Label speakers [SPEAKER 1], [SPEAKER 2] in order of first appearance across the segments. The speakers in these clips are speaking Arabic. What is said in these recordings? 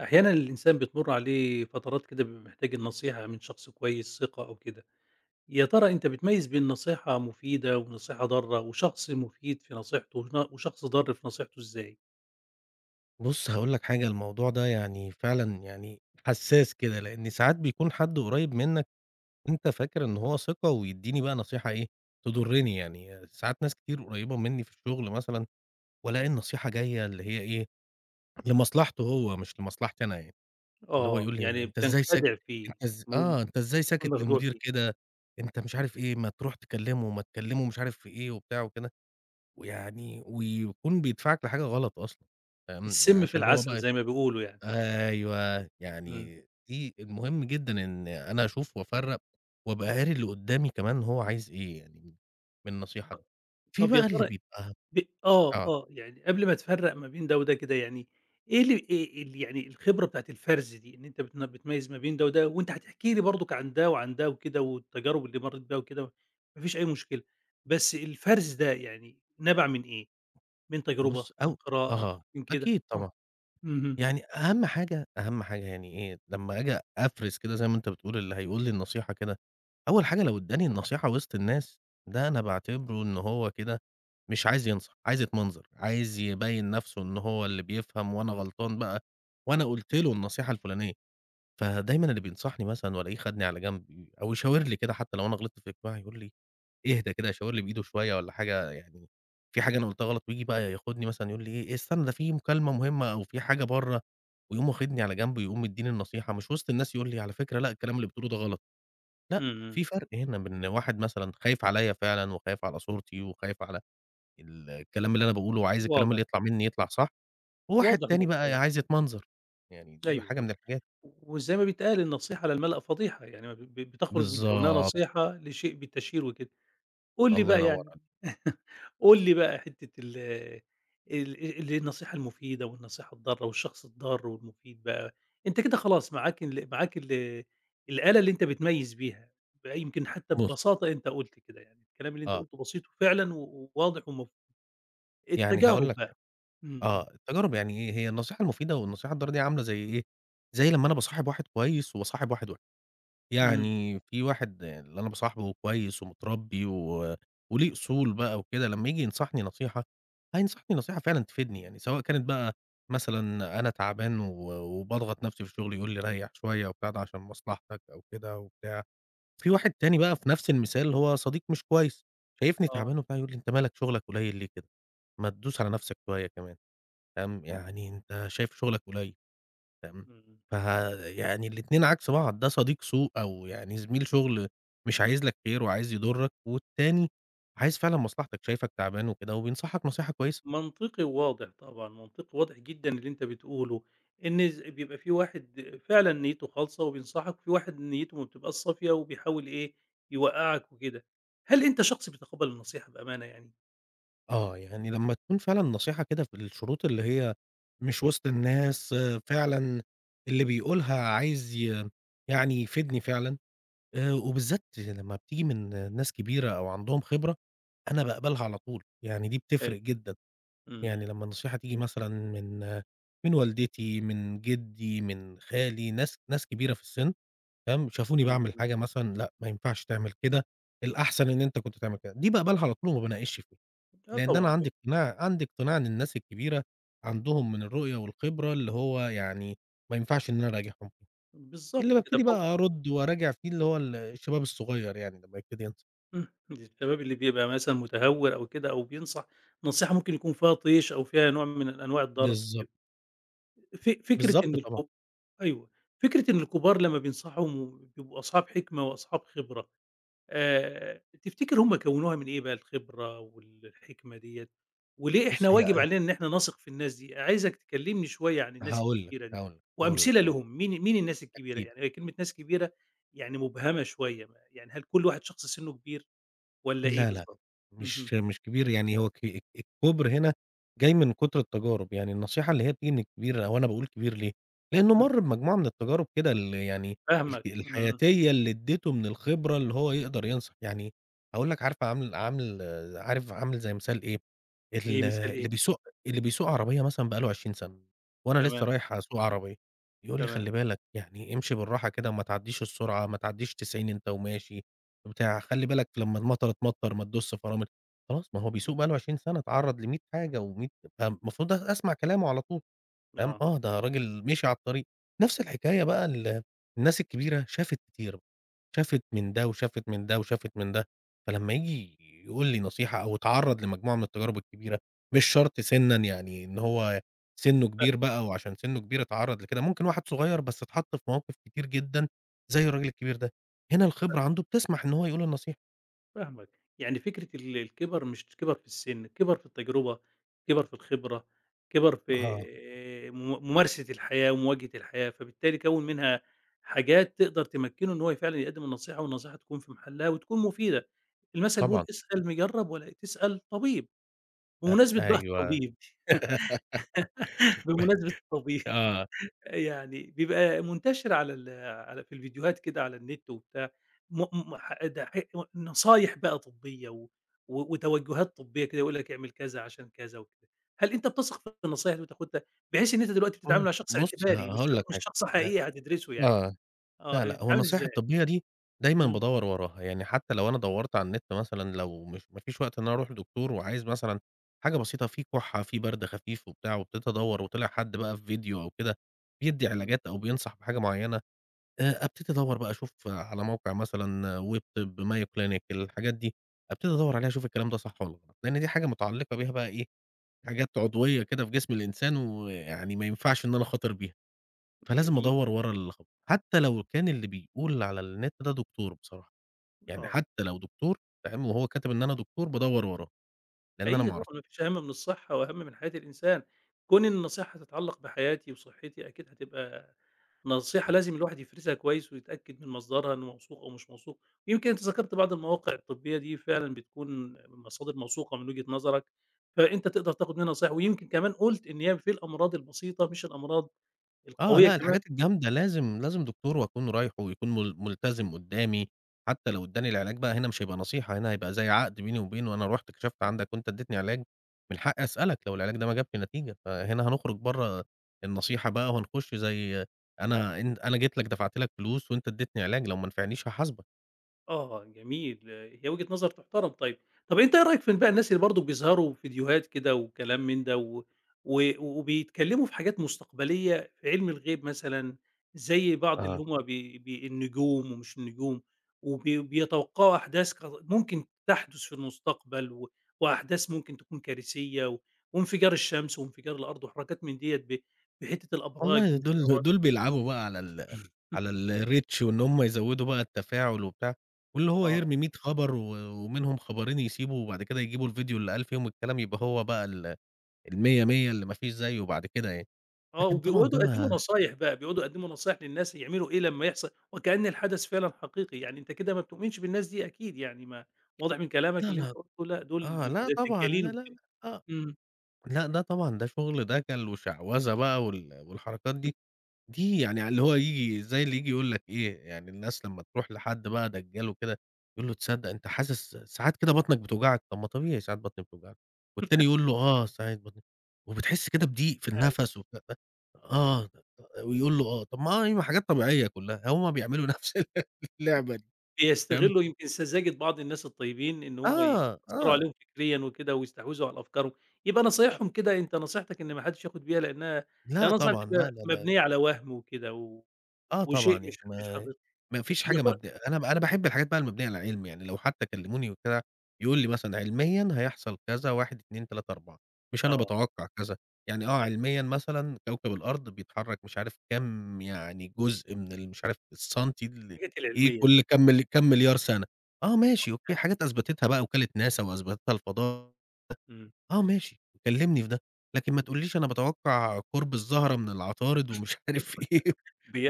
[SPEAKER 1] أحيانا الإنسان بتمر عليه فترات كده بيبقى محتاج النصيحة من شخص كويس ثقة أو كده. يا ترى أنت بتميز بين نصيحة مفيدة ونصيحة ضارة وشخص مفيد في نصيحته وشخص ضار في نصيحته إزاي؟
[SPEAKER 2] بُص، هاقول لك حاجة، الموضوع ده يعني فعلًا يعني حساس كده، لإن ساعات بيكون حد قريب منك أنت فاكر إن هو ثقة ويدّيني بقى نصيحة إيه، تضرني يعني، ساعات ناس كتير قريبة مني في الشغل مثلًا والاقي النصيحة جاية اللي هي إيه، لمصلحته هو مش لمصلحتي أنا يعني، اللي هو
[SPEAKER 1] آه،
[SPEAKER 2] يقول لي:
[SPEAKER 1] يعني
[SPEAKER 2] "أنت إزاي ساكت
[SPEAKER 1] بتنخدع فيه.
[SPEAKER 2] أنت إز
[SPEAKER 1] ممكن
[SPEAKER 2] آه، أنت إزاي
[SPEAKER 1] تكون
[SPEAKER 2] ساكت
[SPEAKER 1] مخدوع
[SPEAKER 2] للمدير
[SPEAKER 1] فيه.
[SPEAKER 2] كده، أنت مش عارف إيه، ما تروح تكلمه، ما تكلمه مش عارف في إيه." وبتاع وكده، ويعني ويكون بيدفعك لحاجة غلط أصلًا، فاهم، يعني
[SPEAKER 1] السم في
[SPEAKER 2] عشان هو
[SPEAKER 1] العسل
[SPEAKER 2] بقى
[SPEAKER 1] زي ما بيقولوا يعني.
[SPEAKER 2] أيوه،
[SPEAKER 1] مم.
[SPEAKER 2] يعني دي المهم جدًا إن أنا أشوف وأفرّق، وأبقى قاري اللي قدّامي كمان هو عايز إيه يعني من النصيحة دي.
[SPEAKER 1] ط-
[SPEAKER 2] في
[SPEAKER 1] طب يا
[SPEAKER 2] بقى اللي
[SPEAKER 1] ترى
[SPEAKER 2] بيبقى
[SPEAKER 1] ب
[SPEAKER 2] آه،
[SPEAKER 1] يعني قبل ما تفرّق ما بين ده وده كده يعني. إيه ال يعني الخبرة بتاعة الفرز دي، إن أنت بتميّز ما بين ده وده، وأنت هتحكي لي برضك عن ده وعن ده وكده والتجارب اللي مرّيت بيها وكده. ما فيش أي مشكلة، بس الفرز ده يعني نبع من إيه؟ من تجربة،
[SPEAKER 2] بُص
[SPEAKER 1] من
[SPEAKER 2] أو
[SPEAKER 1] قراءة،
[SPEAKER 2] آه،
[SPEAKER 1] من كده؟
[SPEAKER 2] أكيد
[SPEAKER 1] آه.
[SPEAKER 2] طبعًا.
[SPEAKER 1] اهم.
[SPEAKER 2] يعني أهم حاجة يعني إيه، لمّا آجي أفرِز كده زي ما أنت بتقول اللي هيقول لي النصيحة كده أول حاجة لو ادّاني النصيحة وسط الناس، ده أنا باعتبره إن هو كده مش عايز ينصح، عايز يتمنظر، عايز يبيّن نَفْسه إن هو اللي بيفهم وأنا غلطان بقى وأنا قُلت له النصيحة الفُلانية. فدايمًا اللي بينصحني مثلًا والاقيه خدني على جنب أو يشاور لي كده حتى لو أنا غلطت في اجتماع يقول لي: "اهدى كده." يشاور لي بإيده شوية والّا حاجة يعني في حاجة أنا قُلتها غلط وييجي بقى ياخدني مثلًا يقول لي إيه: إيه "استنى ده في مكالمة مهمة أو في حاجة برّه." ويقوم واخدني على جنب ويقوم مدّيني النصيحة، مش وسط الناس يقول لي: "على فكرة لأ، الكلام اللي بتقوله ده غلط." لأ،
[SPEAKER 1] إمم.
[SPEAKER 2] في فرق هنا بين إن واحد مثلًا خايف عليّا فعلًا وخايف على صورتي وخايف على الكلام اللي أنا باقوله وعايز الكلام
[SPEAKER 1] واضح.
[SPEAKER 2] اللي يطلع منّي يطلع صح، وواحد
[SPEAKER 1] واضح
[SPEAKER 2] تاني بقى
[SPEAKER 1] المفهوم.
[SPEAKER 2] عايز يتمنظر، يعني دي
[SPEAKER 1] أيوه،
[SPEAKER 2] حاجة
[SPEAKER 1] أيوه.
[SPEAKER 2] من الحاجات
[SPEAKER 1] وزي ما بيتقال النصيحة على الملأ فضيحة، يعني بتخرج من كونها
[SPEAKER 2] بالضبط،
[SPEAKER 1] نصيحة لشيء بالتشهير وكده. قُل لي
[SPEAKER 2] الله
[SPEAKER 1] بقى
[SPEAKER 2] ينوّر
[SPEAKER 1] يعني.
[SPEAKER 2] عليك.
[SPEAKER 1] قُل لي بقى حتّة ال النصيحة المفيدة والنصيحة الضارة والشخص الضار والمفيد بقى. أنت كده خلاص معاك ال الآلة اللي أنت بتميّز بيها. بقى يمكن حتّى
[SPEAKER 2] بُص
[SPEAKER 1] ببساطة أنت قُلت كده يعني، الكلام اللي أنت
[SPEAKER 2] آه،
[SPEAKER 1] قُلته بسيط وفعلًا وواضح،
[SPEAKER 2] يعني هاقول
[SPEAKER 1] التجارب
[SPEAKER 2] لك
[SPEAKER 1] بقى.
[SPEAKER 2] حاجة،
[SPEAKER 1] إمم. إمم.
[SPEAKER 2] آه، التجارب يعني إيه، هي النصيحة المفيدة والنصيحة الضارة دي عاملة زي إيه، زي لمّا أنا باصاحب واحد كويس وباصاحب واحد وِحِش.
[SPEAKER 1] إمم.
[SPEAKER 2] يعني في واحد اللي أنا باصاحبه كويس ومتربي وليه أصول بقى وكده، لمّا ييجي ينصحني نصيحة، هينصحني نصيحة فعلًا تفيدني يعني، سواء كانت بقى مثلًا أنا تعبان وباضغط نفسي في الشغل يقول لي ريّح شوية وبتاع ده عشان مصلحتك أو كده وبتاع. في واحد تاني بقى في نفس المثال هو صديق مش كويس، شايفني
[SPEAKER 1] آه.
[SPEAKER 2] تعبان وبتاع يقول لي: "أنت مالك شغلك قليل ليه كده؟ ما تدوس على نفسك شوية كمان." فاهم، يعني
[SPEAKER 1] إمم.
[SPEAKER 2] أنت شايف شغلك قليل. تمام،
[SPEAKER 1] إمم.
[SPEAKER 2] فه يعني الاتنين عكس بعض، ده صديق سوء أو يعني زميل شغل مش عايز لك خير وعايز يضرك، والتاني عايز فعلًا مصلحتك، شايفك تعبان وكده وبينصحك نصيحة كويسة.
[SPEAKER 1] منطقي وواضح طبعًا، منطقي واضح جدًا اللي أنت بتقوله، إن بيبقى في واحد فعلًا نيته خالصة وبينصحك، وفي واحد نيته ما بتبقاش صافية وبيحاول إيه، يوقّعك وكده. هل أنت شخص بيتقبّل النصيحة بأمانة يعني؟
[SPEAKER 2] آه، يعني لمّا تكون فعلًا نصيحة كده في الشروط اللي هي مش وسط الناس، آه، فعلًا اللي بيقولها عايز يعني يفيدني فعلًا، وبالذات لمّا بتيجي من ناس كبيرة أو عندهم خبرة، أنا باقبلها على طول، يعني دي بتفرق
[SPEAKER 1] أيوه.
[SPEAKER 2] جدًا.
[SPEAKER 1] إمم.
[SPEAKER 2] يعني لمّا النصيحة تيجي مثلًا من والدتي، من جدي، من خالي، ناس كبيرة في السِن تمام، شافوني
[SPEAKER 1] إمم.
[SPEAKER 2] باعمل
[SPEAKER 1] إمم.
[SPEAKER 2] حاجة مثلًا لأ، ما ينفعش تعمل كده، الأحسن إن أنت كنت تعمل كده، دي باقبلها على طول وما باناقشش فيها،
[SPEAKER 1] آه،
[SPEAKER 2] لإن أنا
[SPEAKER 1] طبعًا،
[SPEAKER 2] عندي اقتناع إن الناس الكبيرة عندهم من الرؤية والخبرة اللي هو يعني ما ينفعش إن أنا أراجعهم فيه، اللي
[SPEAKER 1] بالضبط كده
[SPEAKER 2] بابتدي بقى
[SPEAKER 1] بحُكم.
[SPEAKER 2] أرُد وأراجع فيه اللي هو الشباب الصغير يعني لمّا يبتدي ينضج.
[SPEAKER 1] إمم، الشباب اللي بيبقى مثلًا متهور أو كده أو بينصح نصيحة ممكن يكون فيها طيش أو فيها نوع من أنواع الضرر وكده.
[SPEAKER 2] بالضبط،
[SPEAKER 1] ف فكرة
[SPEAKER 2] بالضبط
[SPEAKER 1] إن
[SPEAKER 2] طبعًا.
[SPEAKER 1] الكب أيوه، فكرة إن الكبار لمّا بينصحوا بيبقوا أصحاب حكمة وأصحاب خبرة. تفتكر هم كوّنوها من إيه بقى الخبرة والحكمة ديّة، وليه
[SPEAKER 2] بُص
[SPEAKER 1] إحنا واجب
[SPEAKER 2] هي
[SPEAKER 1] علينا إن إحنا نثق في الناس دي؟ عايزك تكلمني شوية عن الناس الكبيرة دي، وأمثلة
[SPEAKER 2] هاقول
[SPEAKER 1] لهم. مين الناس
[SPEAKER 2] لك،
[SPEAKER 1] الكبيرة؟
[SPEAKER 2] أكيد.
[SPEAKER 1] يعني هي كلمة ناس كبيرة يعني مبهمة شوية، يعني هل كل واحد شخص سنّه كبير والّا إيه
[SPEAKER 2] لا، لأ،
[SPEAKER 1] بالضبط؟
[SPEAKER 2] مش
[SPEAKER 1] اهم.
[SPEAKER 2] مش كبير، يعني هو ك الك الكُبر هنا جاي من كُتر التجارب، يعني النصيحة اللي هي بتيجي من الكبير أو أنا باقول كبير ليه، لإنه
[SPEAKER 1] إمم.
[SPEAKER 2] مَر بمجموعة من التجارب كده يعني
[SPEAKER 1] فاهمك. إمم.
[SPEAKER 2] الحياتية اللي ادّيته من الخبرة اللي هو يقدر ينصح، يعني هاقول لك عارفة عامل زي مثال إيه،
[SPEAKER 1] إيه
[SPEAKER 2] ال
[SPEAKER 1] مثال
[SPEAKER 2] اللي
[SPEAKER 1] إيه؟
[SPEAKER 2] بيسوق اللي بيسوق عربية مثلًا بقى له 20 سَنة، وأنا لسه
[SPEAKER 1] تمام.
[SPEAKER 2] رايح أسوق عربية، يقول لي:
[SPEAKER 1] تمام.
[SPEAKER 2] "خلّي بالك، يعني امشي بالراحة كده وما تعدّيش السرعة، ما تعدّيش 90 أنت وماشي." بتاع خلّي بالك لمّا المطرة تمطّر ما تدُسّ فرامل، خلاص ما هو
[SPEAKER 1] إمم.
[SPEAKER 2] بيسوق بقى له 20 سَنة اتعرّض ل100 حاجة و100 فالمفروض أسمع كلامه على طول. تمام،
[SPEAKER 1] آه.
[SPEAKER 2] آه، ده راجل مشي على الطريق. نفس الحكاية بقى الناس الكبيرة شافت كتير، شافت من ده وشافت من ده وشافت من ده، فلمّا ييجي يقول لي نصيحة أو اتعرّض لمجموعة من التجارب الكبيرة، مش شرط سِنًا يعني إن هو سِنُّه كبير بقى وعشان سِنُّه كبير اتعرّض لكده، ممكن واحد صغير بس اتحط في مواقف كتير جدًا زي الراجل الكبير ده، هنا الخبرة عنده بتسمح إن هو يقول النصيحة.
[SPEAKER 1] فاهمك، يعني فكرة الكِبَر مش كِبَر في السِن، كِبَر في التجربة، كِبَر في الخبرة، كِبَر في
[SPEAKER 2] آه.
[SPEAKER 1] م ممارسة الحياة ومواجهة الحياة، فبالتالي كوّن منها حاجات تقدر تمكّنه إن هو فعلًا يقدّم النصيحة والنصيحة تكون في محلها وتكون مفيدة. المَثل بيقول
[SPEAKER 2] طبعًا،
[SPEAKER 1] اسأل مجرّب ولا تسأل طبيب، بمناسبة بقى
[SPEAKER 2] أيوه.
[SPEAKER 1] الطبيب. بمناسبة الطبيب
[SPEAKER 2] آه.
[SPEAKER 1] يعني بيبقى منتشر على ال على في الفيديوهات كده على النت وبتاع. م م ح ده ح نصايح بقى طبية و و وتوجهات طبية كده يقول لك اعمل كذا عشان كذا وكده. هل أنت بتثق في النصايح اللي بتاخدها بحيث إن أنت دلوقتي بتتعامل
[SPEAKER 2] آه،
[SPEAKER 1] مع شخص
[SPEAKER 2] بُص
[SPEAKER 1] اعتباري
[SPEAKER 2] هاقول لك
[SPEAKER 1] مش
[SPEAKER 2] حاجة،
[SPEAKER 1] شخص
[SPEAKER 2] لأ
[SPEAKER 1] حقيقي هتدرسه يعني؟
[SPEAKER 2] آه.
[SPEAKER 1] آه،
[SPEAKER 2] لا، لأ، هو
[SPEAKER 1] بتتعامل
[SPEAKER 2] النصايح
[SPEAKER 1] إزاي؟
[SPEAKER 2] الطبية دي دايمًا
[SPEAKER 1] إمم.
[SPEAKER 2] بادوّر وراها، يعني حتى لو أنا دوّرت على النت مثلًا لو مش ما فيش وقت إن أنا أروح لدكتور وعايز مثلًا حاجة بسيطة في كُحّة، في برد خفيف وبتاع، وابتديت أدوّر وطلع حد بقى في فيديو أو كده بيدّي
[SPEAKER 1] إمم.
[SPEAKER 2] علاجات أو بينصح بحاجة معيّنة، أبتدي أدوّر بقى أشوف على موقع مثلًا ويبطب، مايو كلينيك، الحاجات دي، أبتدي أدوّر عليها أشوف الكلام ده صح والّا غلط، لإن دي حاجة متعلقة بيها بقى إيه، حاجات عضوية كده في جسم الإنسان ويعني ما ينفعش إن أنا أخاطر بيها. فلازم
[SPEAKER 1] جميل.
[SPEAKER 2] أدوّر ورا الخبر، حتى لو كان اللي بيقول على النت ده دكتور بصراحة، يعني
[SPEAKER 1] آه.
[SPEAKER 2] حتى لو دكتور تمام، وهو كاتب إن أنا دكتور بادوّر وراه، لإن أنا
[SPEAKER 1] حقيقي
[SPEAKER 2] ما
[SPEAKER 1] طبعًا
[SPEAKER 2] أعرفش.
[SPEAKER 1] ما فيش أهم من الصحة وأهم من حياة الإنسان. كون إن النصيحة هتتعلق بحياتي وصحتي أكيد هتبقى نصيحة لازم الواحد يفرزها كويس ويتأكد من مصدرها إنه موثوق أو مش موثوق. يمكن أنت ذكرت بعض المواقع الطبية دي فعلًا بتكون مصادر موثوقة من وجهة نظرك، فأنت تقدر تاخد منها نصايح، ويمكن كمان قُلت إن هي في الأمراض البسيطة مش الأمراض
[SPEAKER 2] آه،
[SPEAKER 1] القوية
[SPEAKER 2] لأ
[SPEAKER 1] كمان.
[SPEAKER 2] الحاجات الجامدة لازم لازم دكتور وأكون رايحه ويكون ملتزم قدّامي، حتى لو ادّاني العلاج بقى هنا مش هيبقى نصيحة، هنا هيبقى زي عقد بيني وبينه، أنا رُحت كشفت عندك وأنت ادّيتني علاج، من حقي أسألك لو العلاج ده ما جابش نتيجة، فهنا هنخرج برّه النصيحة بقى وهنخش زي أنا إن أنا جيت لك دفعت لك فلوس وأنت ادّيتني علاج، لو ما نفعنيش هاحاسبك.
[SPEAKER 1] آه، جميل. هي وجهة نظر تُحترم طيب. طب أنت إيه رأيك في بقى الناس اللي برضه بيظهروا فيديوهات كده وكلام من ده و و وبيتكلّموا في حاجات مستقبلية في علم الغيب مثلًا، زي بعض اللي
[SPEAKER 2] آه.
[SPEAKER 1] هم بي بي النجوم ومش النجوم، وبيتوقعوا وبي بيتوقّعوا أحداث ممكن تحدث في المستقبل و وأحداث ممكن تكون كارثية وانفجار الشمس وانفجار الأرض وحركات من ديّة بحتّة الأبراج
[SPEAKER 2] والله
[SPEAKER 1] ومش الأبراج.
[SPEAKER 2] دول بيلعبوا بقى على على الreach وإن هم يزوّدوا بقى التفاعل وبتاع، واللي هو يرمي
[SPEAKER 1] آه.
[SPEAKER 2] 100 خبر ومنهم خبرين يسيبه وبعد كده يجيبوا الفيديو اللي قال فيهم الكلام يبقى هو بقى المِيّة مِيّة اللي ما فيش زيّه بعد كده يعني.
[SPEAKER 1] آه،
[SPEAKER 2] لكن طبعًا
[SPEAKER 1] وبيقعدوا
[SPEAKER 2] ده
[SPEAKER 1] يقدّموا
[SPEAKER 2] ما
[SPEAKER 1] نصايح بقى، بيقعدوا يقدّموا نصايح للناس يعملوا إيه لمّا يحصل وكأن الحدث فعلًا حقيقي، يعني أنت كده ما بتؤمنش بالناس دي أكيد يعني ما واضح من
[SPEAKER 2] لا،
[SPEAKER 1] كلامك اللي أنت
[SPEAKER 2] لا،
[SPEAKER 1] قُلته. لأ، دول
[SPEAKER 2] آه،
[SPEAKER 1] بيبقوا
[SPEAKER 2] لأ
[SPEAKER 1] زي
[SPEAKER 2] طبعًا،
[SPEAKER 1] الدجالين
[SPEAKER 2] لا، لا، لأ،
[SPEAKER 1] وكده.
[SPEAKER 2] آه،
[SPEAKER 1] إمم.
[SPEAKER 2] لأ ده طبعًا ده شغل دَجَل وشعوذة بقى والحركات
[SPEAKER 1] أيوه.
[SPEAKER 2] دي. دي يعني اللي هو ييجي زي اللي ييجي يقول لك إيه، يعني الناس لمّا تروح لحد بقى دجّال وكده، يقول له: "تصدّق أنت حاسس ساعات كده بطنك بتوجعك؟" "طب ما طبيعي ساعات بطني بتوجعني." والتاني يقول له: "آه، ساعات بطني" وبتحس كده بضيق في النَفَس وبتاع آه، ويقول له: "آه." طب ما هي حاجات طبيعية كلّها، هم بيعملوا نَفْس اللعبة دي. تمام.
[SPEAKER 1] بيستغلّوا يمكن سذاجة بعض الناس الطيبين إن هم
[SPEAKER 2] آه،
[SPEAKER 1] يأثّروا
[SPEAKER 2] آه.
[SPEAKER 1] عليهم فكريًا وكده ويستحوذوا على أفكارهم. يبقى نصايحهم كده أنت نصيحتك إن ما حدّش ياخد بيها لإنّها
[SPEAKER 2] لأ
[SPEAKER 1] لإنّها نصيحة
[SPEAKER 2] طبعًا، لا،
[SPEAKER 1] بتبقى
[SPEAKER 2] لا، لا.
[SPEAKER 1] مبنية على وَهْم وكده و
[SPEAKER 2] آه طبعًا،
[SPEAKER 1] وشيء مش
[SPEAKER 2] يعني
[SPEAKER 1] مش
[SPEAKER 2] ما
[SPEAKER 1] حقيقي.
[SPEAKER 2] فيش
[SPEAKER 1] يا
[SPEAKER 2] حاجة
[SPEAKER 1] ترى
[SPEAKER 2] مبنية أنا أنا باحب الحاجات بقى المبنية على العلم، يعني لو حتى كلموني وكده يقول لي مثلًا علميًا هيحصل كذا 1، 2، 3، 4 مش أنا
[SPEAKER 1] آه.
[SPEAKER 2] باتوقع كذا، يعني آه
[SPEAKER 1] أيوه.
[SPEAKER 2] علميًا مثلًا كوكب الأرض بيتحرك مش عارف كام يعني جزء من مش عارف السنتي
[SPEAKER 1] الحاجات
[SPEAKER 2] إيه
[SPEAKER 1] العلمية دي.
[SPEAKER 2] كل كام كام مليار سنة، آه ماشي أوكي، حاجات أثبتتها بقى وكالة ناسا وأثبتتها الفضاء،
[SPEAKER 1] إمم.
[SPEAKER 2] آه ماشي، كلمني في ده، لكن ما تقوليش أنا باتوقع قرب الزهرة من العطارد ومش عارف إيه.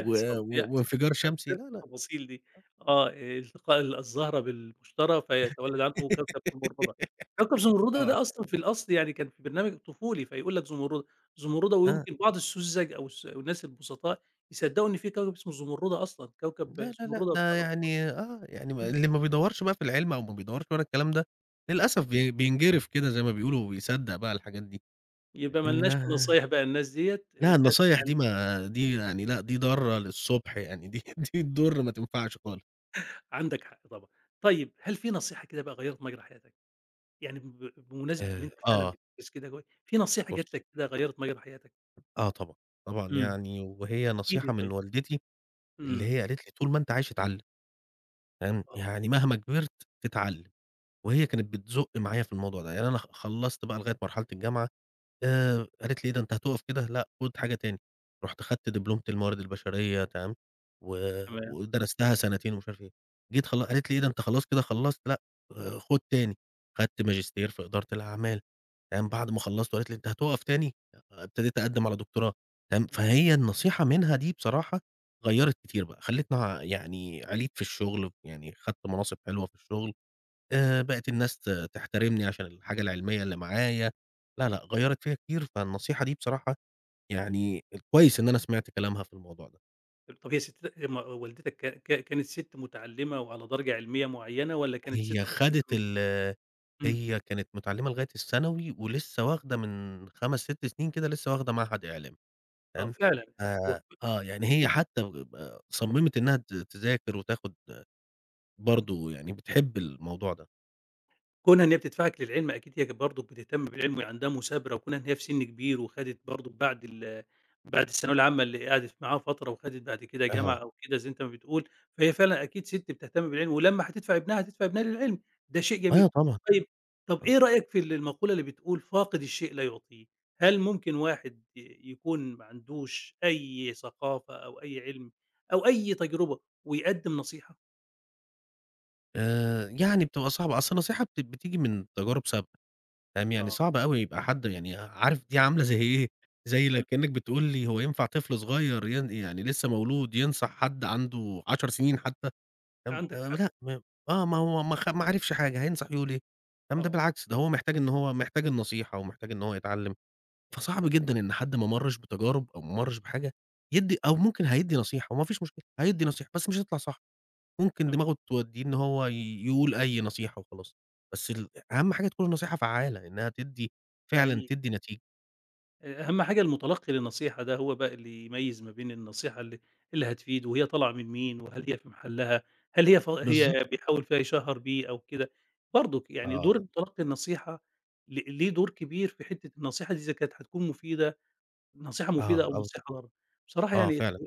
[SPEAKER 2] و و
[SPEAKER 1] بيحصل
[SPEAKER 2] وانفجار شمسي
[SPEAKER 1] بنفس
[SPEAKER 2] لا، لأ.
[SPEAKER 1] التفاصيل دي. آه، التقاء الزهرة بالمشتري فيتولد عنه كوكب زمردة. كوكب زمردة
[SPEAKER 2] آه،
[SPEAKER 1] ده أصلًا في الأصل يعني كان في برنامج طفولي، فيقول لك زمردة، زمردة
[SPEAKER 2] آه،
[SPEAKER 1] ويمكن بعض السُذج أو الناس البسطاء يصدقوا إن في كوكب اسمه زمردة أصلًا، كوكب
[SPEAKER 2] لا، لا، لأ،
[SPEAKER 1] زمردة بتاع
[SPEAKER 2] ده
[SPEAKER 1] الأرض.
[SPEAKER 2] يعني آه، يعني ما اللي ما بيدوّرش بقى في العلم أو ما بيدوّرش ورا الكلام ده، للأسف بينجرف كده زي ما بيقولوا وبيصدّق بقى الحاجات دي،
[SPEAKER 1] يبقى ما لناش في
[SPEAKER 2] لكنها
[SPEAKER 1] نصايح بقى الناس ديّة،
[SPEAKER 2] لا، النصايح
[SPEAKER 1] يعني
[SPEAKER 2] دي ما دي يعني لأ، دي ضارة للصبح يعني دي دي تضر ما تنفعش خالص.
[SPEAKER 1] عندك حق طبعًا. طيب هل في نصيحة كده بقى غيّرت مجرى حياتك؟ يعني بمناسبة إن أنت فعلًا
[SPEAKER 2] آه،
[SPEAKER 1] بتدرس كده في نصيحة
[SPEAKER 2] بُص
[SPEAKER 1] جات لك كده غيّرت مجرى حياتك؟
[SPEAKER 2] آه طبعًا، طبعًا
[SPEAKER 1] إمم.
[SPEAKER 2] يعني وهي
[SPEAKER 1] احكِ لي
[SPEAKER 2] نصيحة من
[SPEAKER 1] طيب.
[SPEAKER 2] والدتي اللي
[SPEAKER 1] إمم.
[SPEAKER 2] هي قالت لي: "طول ما أنت عايش اتعلّم." فاهم؟
[SPEAKER 1] آه.
[SPEAKER 2] يعني مهما كبرت تتعلّم. وهي كانت بتزُق معايا في الموضوع ده، يعني أنا خلّصت بقى لغاية مرحلة الجامعة، قالت لي: "إيه ده أنت هتُقف كده؟ لأ خُد حاجة تاني." رُحت خدت دبلومة الموارد البشرية تمام، و
[SPEAKER 1] تمام.
[SPEAKER 2] ودرستها سنتين ومش عارف إيه، جيت قالت لي: "إيه ده أنت خلاص كده خلّصت؟ لأ خُد تاني." خدت ماجستير في إدارة الأعمال تمام، بعد ما خلّصت وقالت لي: "أنت هتُقف تاني؟" آه، ابتديت أقدّم على دكتوراه تمام،
[SPEAKER 1] إمم.
[SPEAKER 2] فهي النصيحة منها دي بصراحة غيّرت كتير بقى، خلّتني يعني عِليت في الشغل، يعني خدت مناصب حلوة في الشغل. بقِت
[SPEAKER 1] إمم.
[SPEAKER 2] الناس تحترمني عشان الحاجة العلمية اللي معايا، لا، لأ، غيّرت فيّا كتير، فالنصيحة دي بصراحة يعني كويس إن أنا سمعت كلامها في الموضوع ده.
[SPEAKER 1] طب هي ست م والدتك ك ك كانت ست متعلمة وعلى درجة علمية معينة والّا كانت ست
[SPEAKER 2] هي
[SPEAKER 1] بسيطة
[SPEAKER 2] خدِت
[SPEAKER 1] من. إمم.
[SPEAKER 2] هي كانت متعلّمة لغاية الثانوي ولسه واخدة من 5، 6 سنين كده لسه واخدة معهد إعلام
[SPEAKER 1] آه،
[SPEAKER 2] تمام،
[SPEAKER 1] فعلًا.
[SPEAKER 2] يعني هي حتى صمِّمت إنها تذاكر وتاخُد برضه يعني بتحب الموضوع ده.
[SPEAKER 1] كونها إن هي بتدفعِك للعلم أكيد هي برضه بتهتم بالعلم وعندها مثابرة، وكونها إن هي في سِن كبير وخدِت برضه بعد الثانوية العامة اللي قعدِت معاها فترة وخدِت بعد كده جامعة
[SPEAKER 2] أها،
[SPEAKER 1] أو كده زي أنت ما بتقول، فهي فعلًا أكيد سِت بتهتم بالعلم، ولمّا هتدفع ابنها للعلم. ده شيء
[SPEAKER 2] أيوه
[SPEAKER 1] جميل.
[SPEAKER 2] طبعًا،
[SPEAKER 1] طيب طب
[SPEAKER 2] آه،
[SPEAKER 1] إيه رأيك في المقولة اللي بتقول "فاقد الشيء لا يُعطيه"؟ هل ممكن واحد يكون ما عندوش أي ثقافة أو أي علم أو أي تجربة ويقدّم نصيحة؟
[SPEAKER 2] يعني بتبقى صعبة، أصل النصيحة بتيجي من تجارب سابقة. فاهم، يعني
[SPEAKER 1] آه.
[SPEAKER 2] صعب أوي يبقى حد يعني عارف دي عاملة زي إيه، زي
[SPEAKER 1] إمم.
[SPEAKER 2] كأنك بتقول لي هو ينفع طفل صغير يعني لسه مولود ينصح حد عنده 10 سنين حتى، فاهم،
[SPEAKER 1] عندك حق.
[SPEAKER 2] لأ م آه، ما هو ما عرفش حاجة هينصح يقول إيه، فاهم، ده
[SPEAKER 1] آه.
[SPEAKER 2] بالعكس ده هو محتاج إن هو محتاج النصيحة ومحتاج إن هو يتعلم، فصعب جدًا إن حد ما مرّش بتجارب أو ما مرّش بحاجة يدّي أو ممكن هيدّي نصيحة وما فيش مشكلة، هيدّي نصيحة بس مش هتطلع صح. ممكن
[SPEAKER 1] تم
[SPEAKER 2] دماغه تودّيه إن هو يقول أي نصيحة وخلاص، بس أهم حاجة تكون النصيحة فعّالة، إنها تدّي فعلًا
[SPEAKER 1] حقيقي.
[SPEAKER 2] تدّي نتيجة.
[SPEAKER 1] أهم حاجة المُتلقّي للنصيحة ده هو بقى اللي يميّز ما بين النصيحة اللي هتفيد وهي طالعة من مين، وهل هي في محلها، هل هي ف
[SPEAKER 2] بالضبط،
[SPEAKER 1] هي بيحاول فيها يشهّر بيه أو كده، برضُك يعني
[SPEAKER 2] آه،
[SPEAKER 1] دور مُتلقّي النصيحة ليه دور كبير في حتّة النصيحة دي إذا كانت هتكون مفيدة، نصيحة مفيدة
[SPEAKER 2] آه،
[SPEAKER 1] أو
[SPEAKER 2] أو
[SPEAKER 1] نصيحة ضارة. بصراحة
[SPEAKER 2] آه
[SPEAKER 1] يعني
[SPEAKER 2] فعلًا،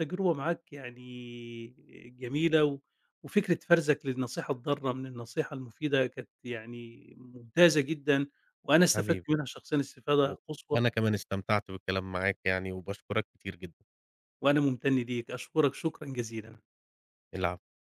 [SPEAKER 1] التجربة معاك يعني جميلة وفكرة فَرْزك للنصيحة الضارة من النصيحة المفيدة كانت يعني ممتازة جدًا، وأنا استفدت
[SPEAKER 2] حبيبي،
[SPEAKER 1] منها شخصيًا
[SPEAKER 2] و
[SPEAKER 1] استفادة قصوى.
[SPEAKER 2] وأنا كمان استمتعت بالكلام معاك يعني وباشكرك كتير جدًا،
[SPEAKER 1] وأنا ممتن ليك، أشكرك شكرًا جزيلًا.
[SPEAKER 2] العفو.